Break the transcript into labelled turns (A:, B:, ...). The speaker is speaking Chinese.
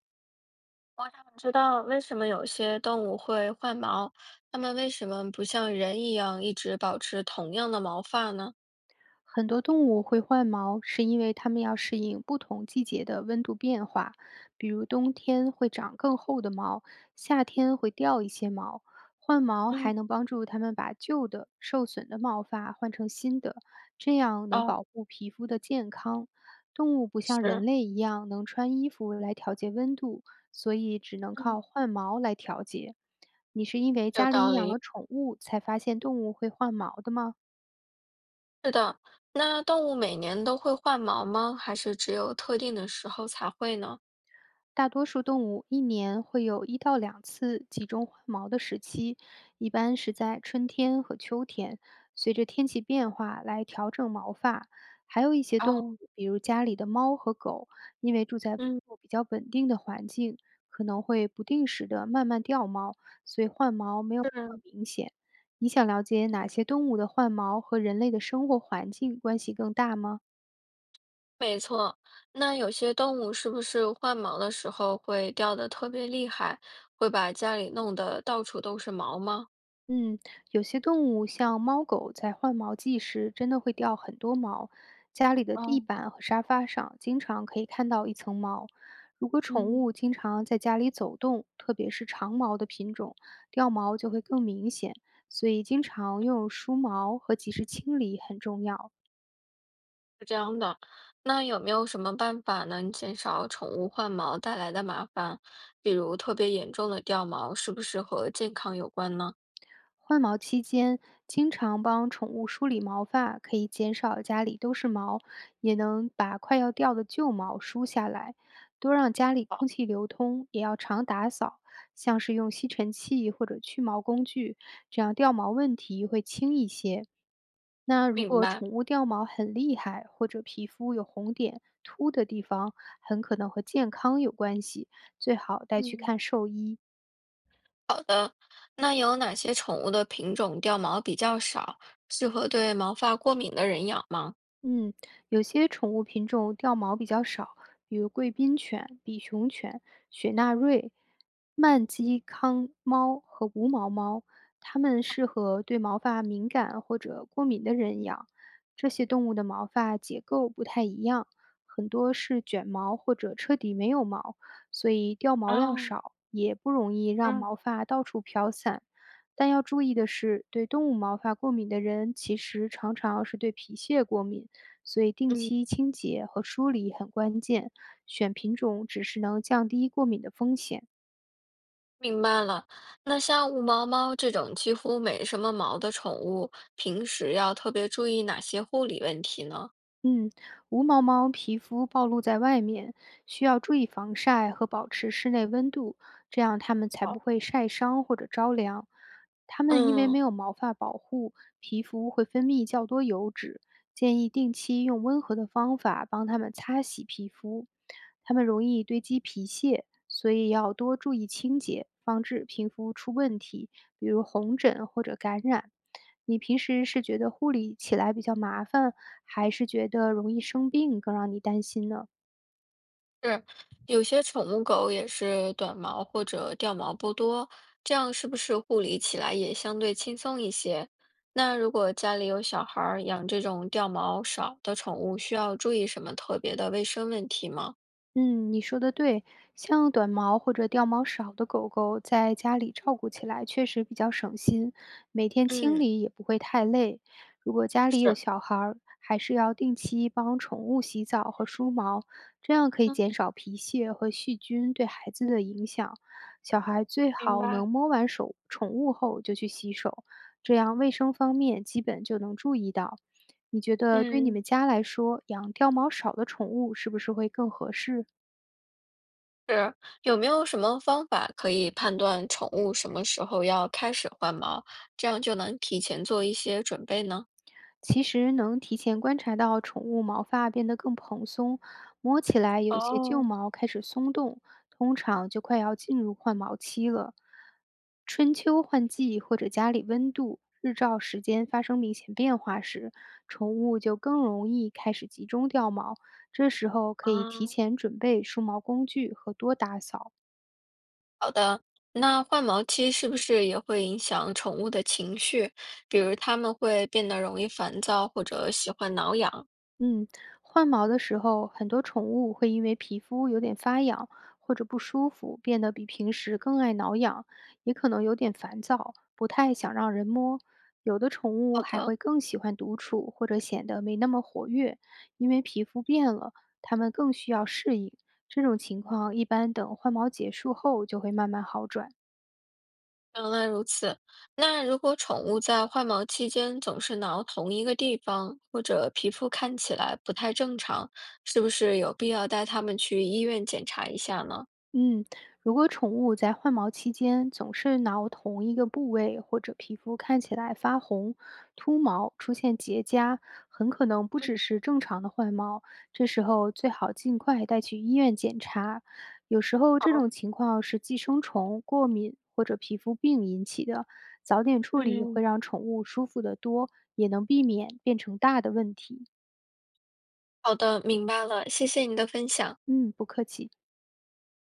A: 我想知道为什么有些动物会换毛，它们为什么不像人一样一直保持同样的毛发呢？
B: 很多动物会换毛，是因为它们要适应不同季节的温度变化，比如冬天会长更厚的毛，夏天会掉一些毛。换毛
A: 嗯，
B: 还能帮助它们把旧的、受损的毛发换成新的，这样能
A: 哦，
B: 保护皮肤的健康。动物不像人
A: 是，
B: 类一样能穿衣服来调节温度，所以只能
A: 嗯，
B: 靠换毛来调节。你是因为
A: 有
B: 家
A: 道
B: 里养了
A: 理。
B: 宠物才发现动物会换毛的吗？
A: 是的，那动物每年都会换毛吗？还是只有特定的时候才会呢？
B: 大多数动物一年会有一到两次集中换毛的时期，一般是在春天和秋天，随着天气变化来调整毛发。还有一些动物，
A: 哦，
B: 比如家里的猫和狗，因为住在
A: 嗯，
B: 比较稳定的环境，可能会不定时的慢慢掉毛，所以换毛没有
A: 是，
B: 那么明显。你想了解哪些动物的换毛和人类的生活环境关系更大吗？
A: 没错。那有些动物是不是换毛的时候会掉的特别厉害，会把家里弄得到处都是毛吗？
B: 嗯，有些动物像猫狗在换毛季时真的会掉很多毛，家里的地
A: 哦，
B: 板和沙发上经常可以看到一层毛。如果宠
A: 嗯。
B: 物经常在家里走动，特别是长毛的品种，掉毛就会更明显，所以经常用梳毛和及时清理很重要。
A: 是这样的，那有没有什么办法能减少宠物换毛带来的麻烦？比如特别严重的掉毛，是不是和健康有关呢？
B: 换毛期间，经常帮宠物梳理毛发，可以减少家里都是毛，也能把快要掉的旧毛梳下来。多让家里
A: 好，
B: 空气流通，也要常打扫，像是用吸尘器或者去毛工具，这样掉毛问题会轻一些。那如
A: 明
B: 果
A: 白。
B: 宠物掉毛很厉害，或者皮肤有红点、秃的地方，很可能和健康有关系，最好带去
A: 嗯，
B: 看兽医。
A: 那有哪些宠物的品种掉毛比较少，适合对毛发过敏的人养吗？
B: 嗯，有些宠物品种掉毛比较少，比如贵宾犬、比熊犬、雪纳瑞、曼基康猫和无毛猫，它们适合对毛发敏感或者过敏的人养。这些动物的毛发结构不太一样，很多是卷毛或者彻底没有毛，所以掉毛量
A: 哦，
B: 少，也不容易让
A: 嗯
B: 毛发到处飘散。但要注意的是，对动物毛发过敏的人，其实常常是对皮屑过敏，所以定
A: 嗯，
B: 期清洁和梳理很关键，选品种只是能降低过敏的风险。
A: 明白了。那像无毛猫这种几乎没什么毛的宠物，平时要特别注意哪些护理问题呢？
B: 嗯，无毛猫皮肤暴露在外面，需要注意防晒和保持室内温度，这样它们才不
A: 好。
B: 会晒伤或者着凉。它们因为没
A: 嗯。
B: 有毛发保护，皮肤会分泌较多油脂，建议定期用温和的方法帮它们擦洗皮肤。它们容易堆积皮屑，所以要多注意清洁，防止皮肤出问题。比如红疹或者感染。你平时是觉得护理起来比较麻烦，还是觉得容易生病更让你担心呢？
A: 是，有些宠物狗也是短毛或者掉毛不多，这样是不是护理起来也相对轻松一些？那如果家里有小孩儿，养这种掉毛少的宠物，需要注意什么特别的卫生问题吗？
B: 嗯，你说的对，像短毛或者掉毛少的狗狗，在家里照顾起来确实比较省心，每天清
A: 嗯，
B: 理也不会太累。如果家里有
A: 是，
B: 小孩儿，还是要定期帮宠物洗澡和梳毛，这样可以
A: 嗯
B: 减少皮屑和细菌对孩子的影响。小孩最
A: 明
B: 好
A: 白。
B: 能摸完手宠物后就去洗手，这样卫生方面基本就能注意到。你觉得对你
A: 嗯，
B: 们家来说，养掉毛少的宠物是不是会更合适？
A: 是，有没有什么方法可以判断宠物什么时候要开始换毛，这样就能提前做一些准备呢？
B: 其实能提前观察到宠物毛发变得更蓬松，摸起来有些旧
A: 哦，
B: 毛开始松动，通常就快要进入换毛期了。春秋换季或者家里温度、日照时间发生明显变化时，宠物就更容易开始集中掉毛，这时候可以提
A: 啊。
B: 前准备梳毛工具和多打扫。
A: 好的，那换毛期是不是也会影响宠物的情绪？比如它们会变得容易烦躁，或者喜欢挠痒。
B: 嗯，换毛的时候，很多宠物会因为皮肤有点发痒或者不舒服，变得比平时更爱挠痒，也可能有点烦躁，不太想让人摸。有的宠物
A: 好
B: 还
A: 的，
B: 会更喜欢独处，或者显得没那么活跃，因为皮肤变了，它们更需要适应。这种情况一般等换毛结束后就会慢慢好转。
A: 原来如此。那如果宠物在换毛期间总是挠同一个地方，或者皮肤看起来不太正常，是不是有必要带它们去医院检查一下呢？
B: 嗯，如果宠物在换毛期间总是挠同一个部位，或者皮肤看起来发红、秃毛、出现结痂，很可能不
A: 嗯，
B: 只是正常的换毛。这时候最好尽快带去医院检查。有时候这
A: 好，
B: 种情况是寄生虫、过敏或者皮肤病引起的，早点处理
A: 嗯，
B: 会让宠物舒服得多，也能避免变成大的问题。
A: 好的，明白了，谢谢你的分享。
B: 嗯，不客气。